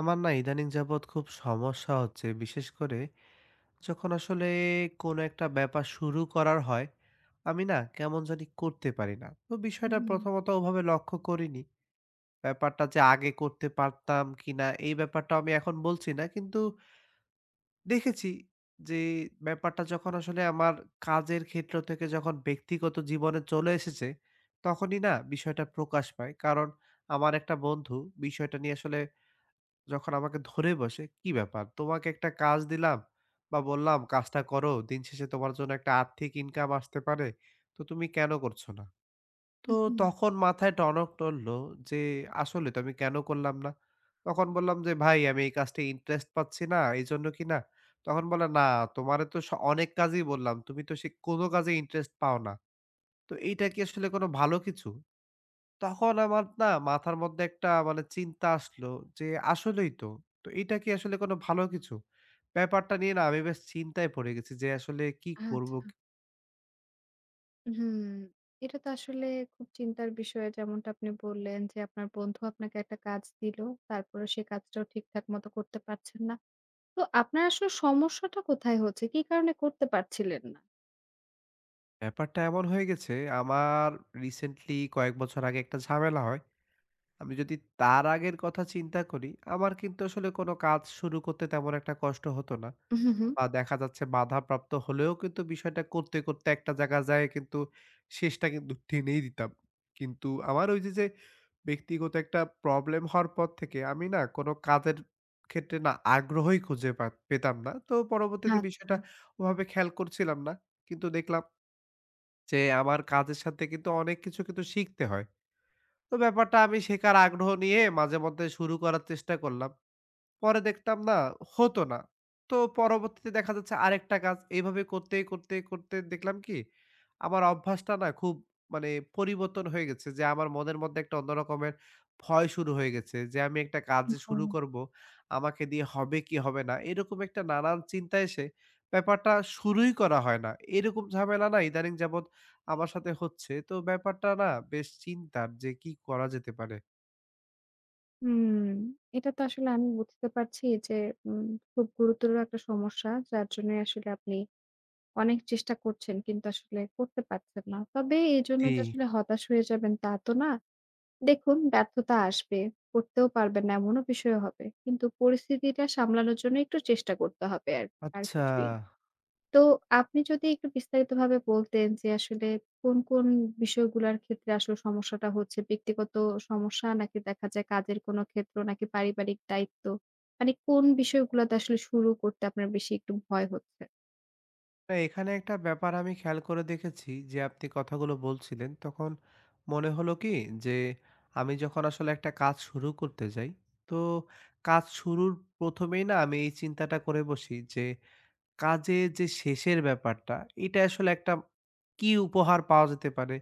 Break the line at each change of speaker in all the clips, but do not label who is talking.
আমার না ইদানিং যাবৎ খুব সমস্যা হচ্ছে। বিশেষ করে যখন আসলে কোনো একটা ব্যাপার শুরু করার হয়, আমি না কেমন জানি করতে পারি না। তো বিষয়টা
হুম,
প্রথমত ওভাবে লক্ষ্য করিনি। ব্যাপারটা যে আগে করতে পারতাম কিনা এই ব্যাপারটাও আমি এখন বলছি না। কিন্তু দেখেছি যে ব্যাপারটা যখন আসলে আমার কাজের ক্ষেত্র থেকে যখন ব্যক্তিগত জীবনে চলে এসেছে, তখনই না বিষয়টা প্রকাশ পায়। কারণ আমার একটা বন্ধু বিষয়টা নিয়ে আসলে যখন আমাকে ধরে বসে, "কি ব্যাপার? তোমাকে একটা কাজ দিলাম বা বললাম কাজটা করো। দিন শেষে তোমার জন্য একটা আর্থিক ইনকাম আসতে পারে। তো তুমি কেন করছো না?" তো
হুম,
তখন মাথায় টনক নড়ল যে আসলে তো আমি কেন করলাম না? তখন বললাম যে, "ভাই আমি এই কাজটায় ইন্টারেস্ট পাচ্ছি না। এইজন্য কি না?" তখন বলে, "না তোমারে তো অনেক কাজই বললাম। তুমি তো সে কোনো কাজে ইন্টারেস্ট পাও না। তো এইটা কি আসলে কোনো ভালো কিছু?" তখন আমার না মাথার মধ্যে একটা মানে চিন্তা আসলো যে আসলেই তো। তো এটা কি আসলে কোনো ভালো কিছু? ব্যাপারটা নিয়ে না আমি বেশ চিন্তায় পড়ে গেছি যে আসলে কি করব?
আচ্ছা। হুম, এটা তো আসলে খুব চিন্তার বিষয় যেমনটা আপনি বললেন যে আপনার বন্ধু আপনাকে একটা কাজ দিল। তারপরে সে কাজটাও ঠিকঠাক মতো করতে পারছেন না। তো আপনার আসলে সমস্যাটা কোথায় হচ্ছে? কি কারণে করতে পারছিলেন না?
ব্যাপারটা এমন হয়ে গেছে আমার রিসেন্টলি কয়েক বছর আগে একটা ঝামেলা হয়। আমি যদি তার আগের কথা চিন্তা করি, আমার কিন্তু আসলে কোনো কাজ শুরু করতে তেমন একটা কষ্ট হতো না।
হুম, হুম।
বা দেখা যাচ্ছে বাধাপ্রাপ্ত হলেও কিন্তু বিষয়টা করতে, করতে একটা জায়গা যায় কিন্তু শেষটা কিন্তু টেনেই দিতাম। কিন্তু আমার ওই যে ব্যক্তিগত একটা প্রবলেম হওয়ার পর থেকে আমি না কোনো কাজের ক্ষেত্রে না আগ্রহই খুঁজে পেতাম না। তো পরবর্তীতে
আচ্ছা।
বিষয়টা ওভাবে খেয়াল করছিলাম না। কিন্তু দেখলাম যে আমার কাজের সাথে কিন্তু অনেক কিছু কিন্তু শিখতে হয়। তো ব্যাপারটা আমি শেখার আগ্রহ নিয়ে মাঝেমধ্যে শুরু করার চেষ্টা করলাম। পরে দেখতাম না হতো না। তো পরবর্তীতে দেখা যাচ্ছে আরেকটা কাজ এইভাবে করতে, করতে, করতে দেখলাম কি আমার অভ্যাসটা না খুব মানে পরিবর্তন হয়ে গেছে যে আমার মনের মধ্যে একটা অন্য রকমের ভয় শুরু হয়ে গেছে যে আমি একটা কাজ যে
ও
শুরু করব, আমাকে দিয়ে হবে কি হবে না এরকম একটা নানান চিন্তা এসে ব্যাপারটা শুরুই করা হয় না। এরকম ঝামেলা না ইদানিং যাবৎ আমার সাথে হচ্ছে। তো ব্যাপারটা না বেশ চিন্তার যে কি করা যেতে পারে?
হুম, এটা তো আসলে আমি বুঝতে পারছি যে উম খুব গুরুতর একটা সমস্যা যার জন্য আসলে আপনি অনেক চেষ্টা করছেন কিন্তু আসলে করতে পারছেন না। তবে এজন্য
জি,
যে আসলে হতাশ হয়ে যাবেন তা তো না। দেখুন ব্যর্থতা আসবে, করতেও পারবেন না এমনও বিষয় হবে। কিন্তু পরিস্থিতিটা সামলানোর জন্য একটু চেষ্টা করতে হবে আর আর
আচ্ছা।
কিছুই না। তো আপনি যদি একটু বিস্তারিতভাবে বলতেন যে আসলে কোন বিষয়গুলার ক্ষেত্রে আসলে সমস্যাটা হচ্ছে? ব্যক্তিগত সমস্যা নাকি দেখা যায় কাজের কোনো ক্ষেত্র নাকি পারিবারিক দায়িত্ব? মানে কোন বিষয়গুলাতে আসলে শুরু করতে আপনার বেশি একটু ভয় হচ্ছে?
না, এখানে একটা ব্যাপার আমি খেয়াল করে দেখেছি যে আপনি কথাগুলো বলছিলেন তখন মনে হলো কি যে আমি যখন আসলে একটা কাজ শুরু করতে যাই তো কাজ শুরুর প্রথমেই না আমি এই চিন্তাটা করে বসি যে কাজে যে শেষের ব্যাপারটা এটা আসলে একটা কি উপহার পাওয়া যেতে পারে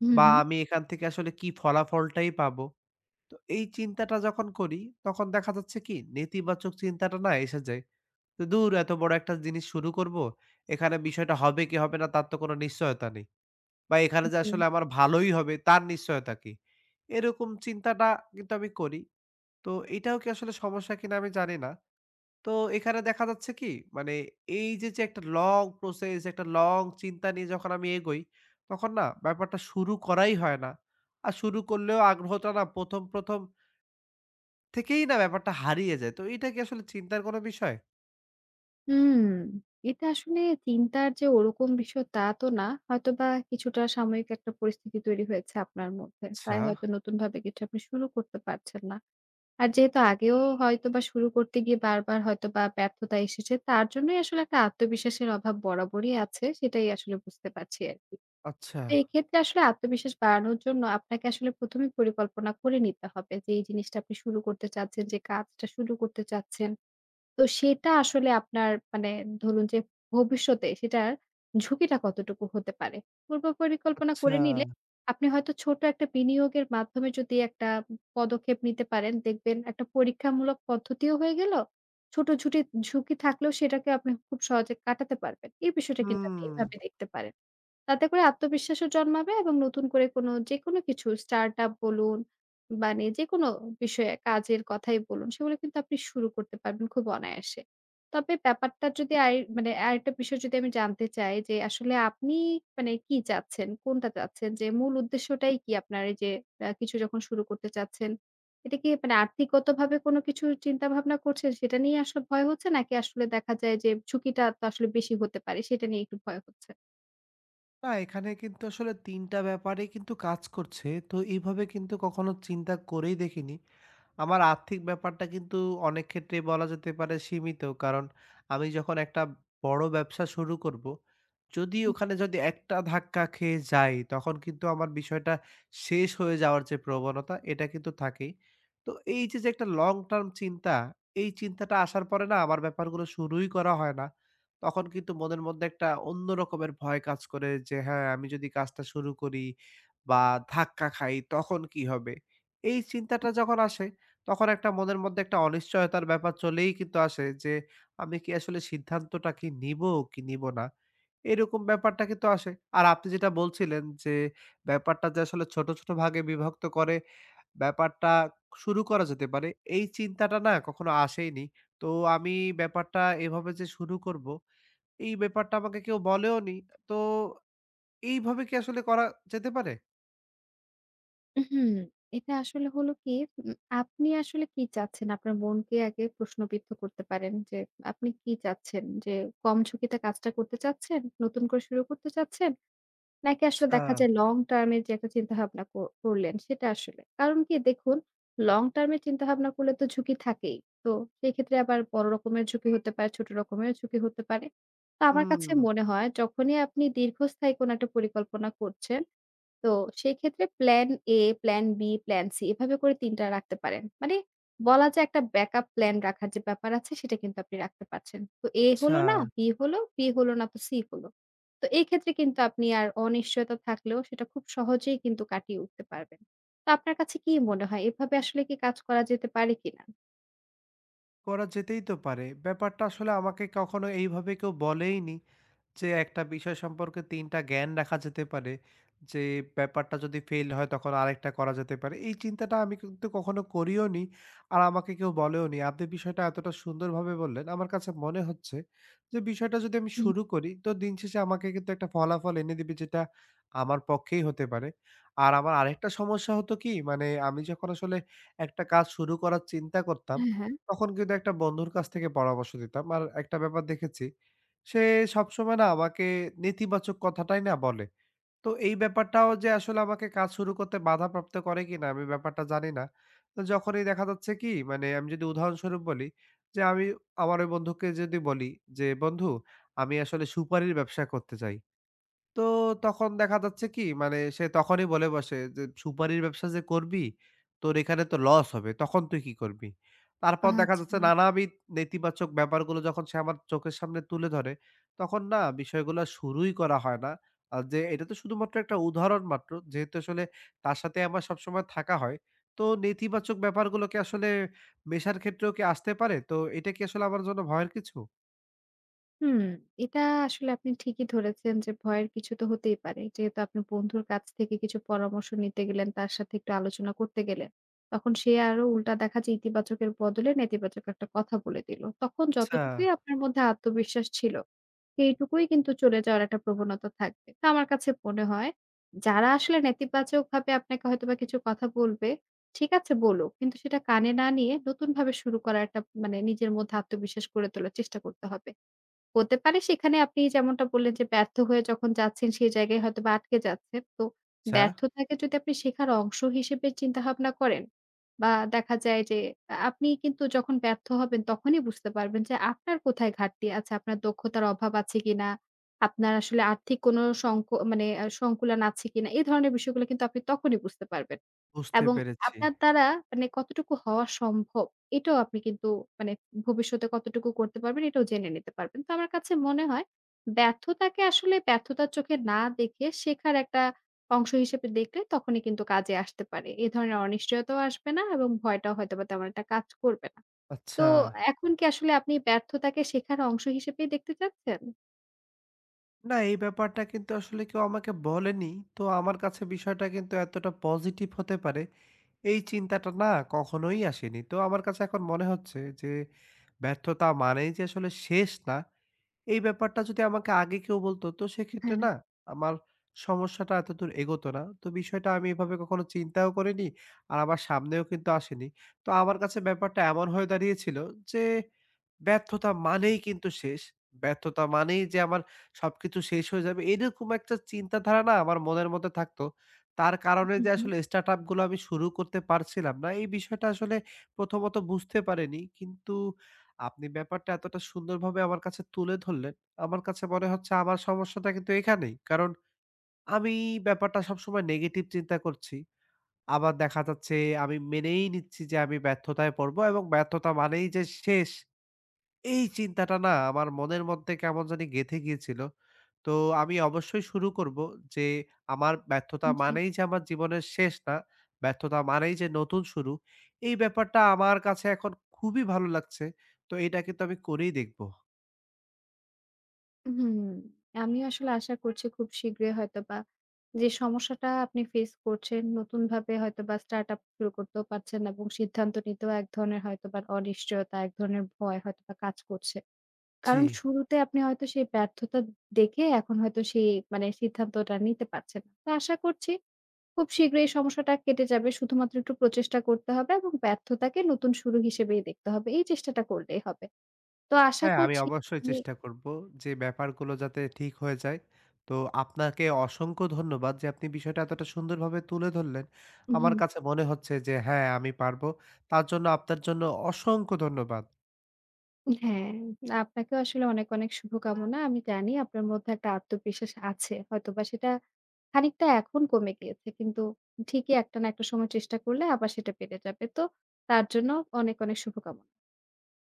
হুম,
বা
হুম।
আমি এখান থেকে আসলে কি ফলাফলটাই পাবো তো এই চিন্তাটা যখন করি তখন দেখা যাচ্ছে কি নেতিবাচক চিন্তাটা না এসে যায় তো দূর এত বড় একটা জিনিস শুরু করব। এখানে বিষয়টা হবে কি হবে না তার তো কোনো নিশ্চয়তা নেই। বা এখানে যে
জি।
আসলে আমার ভালোই হবে তার নিশ্চয়তা কি? এরকম চিন্তাটা কিন্তু আমি করি। তো এটাও কি আসলে সমস্যা কিনা আমি জানি না। তো এখানে দেখা যাচ্ছে কি মানে এই যে একটা লং প্রসেস একটা লং চিন্তা নিয়ে যখন আমি এগোই তখন না ব্যাপারটা শুরু করাই হয় না। আর শুরু করলেও আগ্রহটা না ১ম থেকেই না ব্যাপারটা হারিয়ে যায়। তো এটা কি আসলে চিন্তার কোনো বিষয়?
হুম, এটা আসলে চিন্তার যে ওরকম বিষয় তা তো না। হয়তোবা কিছুটা সাময়িক একটা পরিস্থিতি তৈরি হয়েছে আপনার মধ্যে।
আচ্ছা,
তাই হয়তো নতুনভাবে কিছু আপনি শুরু করতে পারছেন না। আর যেহেতু আগেও হয়তোবা শুরু করতে গিয়ে বারবার হয়তোবা ব্যর্থতা এসেছে, তার জন্যই আসলে একটা আত্মবিশ্বাসের অভাব বরাবরই আছে। সেটাই আসলে বুঝতে পারছি আরকি।
আচ্ছা,
তো এক্ষেত্রে আসলে আত্মবিশ্বাস বাড়ানোর জন্য আপনাকে আসলে ১ম এই পরিকল্পনা করে নিতে হবে যে, এই জিনিসটা আপনি শুরু করতে চাচ্ছেন, যে কাজটা শুরু করতে চাচ্ছেন। তো সেটা আসলে আপনার মানে ধরুন যে ভবিষ্যতে সেটার ঝুঁকিটা কতটুকু হতে পারে? পূর্ব পরিকল্পনা
আচ্ছা।
করে নিলে আপনি হয়তো ছোট একটা বিনিয়োগের মাধ্যমে যদি একটা পদক্ষেপ নিতে পারেন, দেখবেন একটা পরীক্ষামূলক পদ্ধতিও হয়ে গেল। ছোট ঝুটি ঝুঁকি থাকলেও সেটাকে আপনি খুব সহজে কাটাতে পারবেন। এই বিষয়টা কিন্তু
হুম।
আপনি এভাবে দেখতে পারেন। তাতে করে আত্মবিশ্বাসও জন্মাবে এবং নতুন করে কোনো যেকোনো কিছু স্টার্ট আপ বলুন, মানে যেকোনো বিষয়ে কাজের কথাই বলুন, সেগুলো কিন্তু আপনি শুরু করতে পারবেন খুব অনায়াসে। তবে ব্যাপারটা যদি মানে আরেকটা বিষয় যদি আমি জানতে চাই যে আসলে আপনি মানে কি চাচ্ছেন? কোনটা চাচ্ছেন? যে মূল উদ্দেশ্যটাই কি আপনার এই যে কিছু যখন শুরু করতে চাচ্ছেন, এটা কি মানে আর্থিকগতভাবে কোনো কিছু চিন্তা ভাবনা করছেন সেটা নিয়ে আসলে ভয় হচ্ছে? নাকি আসলে দেখা যায় যে ঝুঁকিটা তো আসলে বেশি হতে পারে সেটা নিয়ে একটু ভয় হচ্ছে?
না এখানে কিন্তু আসলে ৩ টা ব্যাপারেই কিন্তু কাজ করছে। তো এভাবে কিন্তু কখনো চিন্তা করেই দেখিনি। আমার আর্থিক ব্যাপারটা কিন্তু অনেক ক্ষেত্রেই বলা যেতে পারে সীমিত। কারণ আমি যখন একটা বড় ব্যবসা শুরু করব, যদি ওখানে যদি একটা ধাক্কা খেয়ে যাই, তখন কিন্তু আমার বিষয়টা শেষ হয়ে যাওয়ার যে প্রবণতা, এটা কিন্তু থাকেই। তো এই যে একটা লং টার্ম চিন্তা, এই চিন্তাটা আসার পরে না আমার ব্যাপারগুলো শুরুই করা হয় না। তখন কিন্তু মনের মধ্যে একটা অন্য রকমের ভয় কাজ করে যে হ্যাঁ আমি যদি কাজটা শুরু করি বা ধাক্কা খাই তখন কি হবে? এই চিন্তাটা যখন আসে তখন একটা মনের মধ্যে একটা অনিশ্চয়তার ব্যাপার চলেই কিন্তু আসে যে আমি কি আসলে সিদ্ধান্তটা কি নিবো কি নিবো না? এরকম ব্যাপারটা কিন্তু আসে। আর আপনি যেটা বলছিলেন যে ব্যাপারটা যে আসলে ছোট, ছোট ভাগে বিভক্ত করে ব্যাপারটা শুরু করা যেতে পারে এই চিন্তাটা না কখনো আসেইনি। তো আমি ব্যাপারটা এভাবে যে শুরু করব এই ব্যাপারটা আমাকে কেউ বলেওনি। তো এইভাবে কি আসলে করা যেতে পারে?
হুম, এটা আসলে হলো কি, উম আপনি আসলে কি চাচ্ছেন? আপনার মনকে আগে প্রশ্নবিদ্ধ করতে পারেন যে, আপনি কি চাচ্ছেন? যে কম ঝুঁকিতে কাজটা করতে চাচ্ছেন? নতুন করে শুরু করতে চাচ্ছেন? নাকি
আচ্ছা,
আসলে দেখা যায় লং টার্ম এর যে একটা চিন্তাভাবনা করলেন সেটা আসলে? কারণ কি দেখুন, লং টার্ম এর চিন্তাভাবনা করলে তো ঝুঁকি থাকেই। তো সেক্ষেত্রে আবার বড় রকমের ঝুঁকি হতে পারে, ছোট রকমের ঝুঁকি হতে পারে। তো আমার
হুম।
কাছে মনে হয় যখনই আপনি দীর্ঘস্থায়ী কোনো একটা পরিকল্পনা করছেন তো সেই ক্ষেত্রে plan A, plan B, plan C এভাবে করে ৩ টা রাখতে পারেন। মানে বলা যায় একটা ব্যাকআপ প্ল্যান রাখার যে ব্যাপার আছে সেটা কিন্তু আপনি রাখতে পারছেন। তো A
আচ্ছা।
হলো না, B হলো, B হলো না তো C হলো। তো এই ক্ষেত্রে কিন্তু আপনি আর অনিশ্চয়তা থাকলেও সেটা খুব সহজেই কিন্তু কাটিয়ে উঠতে পারবেন। তো আপনার কাছে কি মনে হয় এভাবে আসলে কি কাজ করা যেতে পারে কিনা?
করা যেতেই তো পারে। ব্যাপারটা আসলে আমাকে কখনো এইভাবে কেউ বলেইনি। যে একটা বিষয় সম্পর্কে ৩ টা জ্ঞান রাখা যেতে পারে। যে ব্যাপারটা যদি ফেইল হয় তখন আরেকটা করা যেতে পারে। এই চিন্তাটা আমি কিন্তু কখনো করিও নি। আর আমাকে কেউ বলেও নি। আপনি বিষয়টা এতটা সুন্দরভাবে বললেন। আমার কাছে মনে হচ্ছে যে বিষয়টা যদি আমি
হুম।
শুরু করি তো দিন শেষে আমাকে কিন্তু একটা ফলাফল এনে দিবে যেটা আমার পক্ষেই হতে পারে। আর আমার আরেকটা সমস্যা হতো কি মানে আমি যখন আসলে একটা কাজ শুরু করার চিন্তা করতাম
হ্যাঁ, হ্যাঁ।
তখন কিন্তু একটা বন্ধুর কাছ থেকে পরামর্শ নিতাম। আর একটা ব্যাপার দেখেছি সে সবসময় না আমাকে নেতিবাচক কথাটাই না বলে। তো এই ব্যাপারটাও যে আসলে আমাকে কাজ শুরু করতে বাধাপ্রাপ্ত করে কিনা আমি ব্যাপারটা জানি না। তো যখনই দেখা যাচ্ছে কি মানে আমি যদি উদাহরণস্বরূপ বলি যে আমি আমার ওই বন্ধুকে যদি বলি যে, "বন্ধু আমি আসলে সুপারির ব্যবসা করতে চাই।" তো তখন দেখা যাচ্ছে কি মানে সে তখনই বলে বসে যে, "সুপারির ব্যবসা যে করবি, তোর এখানে তো লস হবে। তখন তুই কি করবি?" তারপর দেখা
আচ্ছা।
যাচ্ছে নানাবিধ নেতিবাচক ব্যাপারগুলো যখন সে আমার চোখের সামনে তুলে ধরে, তখন না বিষয়গুলো শুরুই করা হয় না। আর যে এটা তো শুধুমাত্র একটা উদাহরণ মাত্র। যেহেতু আসলে তার সাথে আমার সবসময় থাকা হয়। তো নেতিবাচক ব্যাপারগুলো কি আসলে মেশার ক্ষেত্রেও কি আসতে পারে? তো এটা কি আসলে আমার জন্য ভয়ের কিছু?
হুম, এটা আসলে আপনি ঠিকই ধরেছেন যে ভয়ের কিছু তো হতেই পারে। যেহেতু আপনি বন্ধুর কাছ থেকে কিছু পরামর্শ নিতে গেলেন, তার সাথে একটু আলোচনা করতে গেলেন। তখন সে আরো উল্টা দেখা যায় ইতিবাচকের বদলে নেতিবাচক একটা কথা বলে দিল। তখন
আচ্ছা,
যতটুকুই আপনার মধ্যে আত্মবিশ্বাস ছিল, সেইটুকুই কিন্তু চলে যাওয়ার একটা প্রবণতা থাকবে। তো আমার কাছে মনে হয় যারা আসলে নেতিবাচকভাবে আপনাকে হয়তোবা কিছু কথা বলবে, ঠিক আছে বলুক। কিন্তু সেটা কানে না নিয়ে নতুনভাবে শুরু করার একটা মানে নিজের মধ্যে আত্মবিশ্বাস গড়ে তোলার চেষ্টা করতে হবে। হতে পারে সেখানে আপনি যেমনটা বললেন যে ব্যর্থ হয়ে যখন যাচ্ছেন সেই জায়গায় হয়তোবা আটকে যাচ্ছেন। তো
আচ্ছা।
ব্যর্থতাকে যদি আপনি শেখার অংশ হিসেবে চিন্তাভাবনা করেন বা দেখা যায় যে আপনি কিন্তু যখন ব্যর্থ হবেন তখনই বুঝতে পারবেন যে আপনার কোথায় ঘাটতি আছে, আপনার দক্ষতার অভাব আছে কিনা, আপনার আসলে আর্থিক কোন সংক মানে সংকুলান আছে কিনা, এই ধরনের বিষয়গুলো কিন্তু আপনি তখনই বুঝতে পারবেন।
বুঝতে
এবং
পেরেছি।
আপনার দ্বারা মানে কতটুকু হওয়া সম্ভব এটাও আপনি কিন্তু মানে ভবিষ্যতে কতটুকু করতে পারবেন এটাও জেনে নিতে পারবেন। তো আমার কাছে মনে হয় ব্যর্থতাকে আসলে ব্যর্থতার চোখে না দেখে শেখার একটা অংশ হিসেবে দেখলে তখনই কিন্তু কাজে আসতে পারে। এ ধরনের অনিশ্চয়তাও আসবে না এবং ভয়টাও হয়তোবা তেমন একটা কাজ করবে না। তো
আচ্ছা।
এখন কি আসলে আপনি ব্যর্থতাকে শেখার অংশ হিসেবেই দেখতে চাচ্ছেন?
না, এই ব্যাপারটা কিন্তু আসলে কেউ আমাকে বলেনি। তো আমার কাছে বিষয়টা কিন্তু এতটা পজিটিভ হতে পারে, এই চিন্তাটা না কখনোই আসেনি। তো আমার কাছে এখন মনে হচ্ছে যে ব্যর্থতা মানেই যে আসলে শেষ না। এই ব্যাপারটা যদি আমাকে আগে কেউ বলতো, তো সেক্ষেত্রে
হ্যাঁ,
না আমার সমস্যাটা এতদূর এগোতো না। তো বিষয়টা আমি এভাবে কখনো চিন্তাও করিনি। আর আমার সামনেও কিন্তু আসেনি। তো আমার কাছে ব্যাপারটা এমন হয়ে দাঁড়িয়েছিল যে, ব্যর্থতা মানেই কিন্তু শেষ। ব্যর্থতা মানেই যে আমার সবকিছু শেষ হয়ে যাবে, এরকম একটা চিন্তাধারা না আমার মনের মধ্যে থাকতো। তার
হু,
কারণে যে
হু,
আসলে স্টার্টআপ গুলো আমি শুরু করতে পারছিলাম না, এই বিষয়টা আসলে প্রথমত বুঝতে পারিনি। কিন্তু আপনি ব্যাপারটা এতটা সুন্দরভাবে আমার কাছে তুলে ধরলেন। আমার কাছে মনে হচ্ছে আমার সমস্যাটা কিন্তু এখানেই। কারণ আমি ব্যাপারটা সবসময় নেগেটিভ চিন্তা করছি। আবার দেখা যাচ্ছে আমি মেনেই নিচ্ছি যে আমি ব্যর্থতায় পড়বো এবং ব্যর্থতা মানেই যে শেষ এই চিন্তাটা না আমার মনের মধ্যে কেমন জানি গেঁথে গিয়েছিল। তো আমি অবশ্যই শুরু করব যে আমার ব্যর্থতা
জি।
মানেই যে আমার জীবনের শেষ না, ব্যর্থতা মানেই যে নতুন শুরু। এই ব্যাপারটা আমার কাছে এখন খুবই ভালো লাগছে। তো এটা কিন্তু আমি করেই দেখব।
হুম, আমি আসলে আশা করছি খুব শীঘ্রই হয়তোবা যে সমস্যাটা আপনি ফেস করছেন নতুনভাবে হয়তোবা স্টার্টআপ শুরু করতেও পারছেন না এবং সিদ্ধান্ত নিতেও এক ধরনের হয়তোবা অনিশ্চয়তা, এক ধরনের ভয় হয়তোবা কাজ করছে।
জি।
কারণ শুরুতে আপনি হয়তো সেই ব্যর্থতা দেখে এখন হয়তো সেই মানে সিদ্ধান্তটা নিতে পারছেন না। তো আশা করছি খুব শীঘ্রই এই সমস্যাটা কেটে যাবে। শুধুমাত্র একটু প্রচেষ্টা করতে হবে এবং ব্যর্থতাকে নতুন শুরু হিসেবেই দেখতে হবে। এই চেষ্টাটা করলেই হবে। তো আশা
হ্যাঁ, আমি
করছি
অবশ্যই চেষ্টা করব যে ব্যাপারগুলো যাতে ঠিক হয়ে যায়। তো আপনাকে অসংখ্য ধন্যবাদ যে আপনি বিষয়টা এতটা সুন্দরভাবে তুলে ধরলেন। আমার
হুম
কাছে মনে হচ্ছে যে হ্যাঁ, আমি পারব। তার জন্য আপনার জন্য অসংখ্য ধন্যবাদ।
হ্যাঁ, আপনাকেও আসলে অনেক, অনেক শুভকামনা। আমি জানি আপনার মধ্যে একটা আত্মবিশ্বাস আছে। হয়তোবা সেটা খানিকটা এখন কমে গিয়েছে। কিন্তু ঠিকই একটা না একটা সময় চেষ্টা করলে আবার সেটা বেড়ে যাবে। তো তার জন্য অনেক, অনেক শুভকামনা।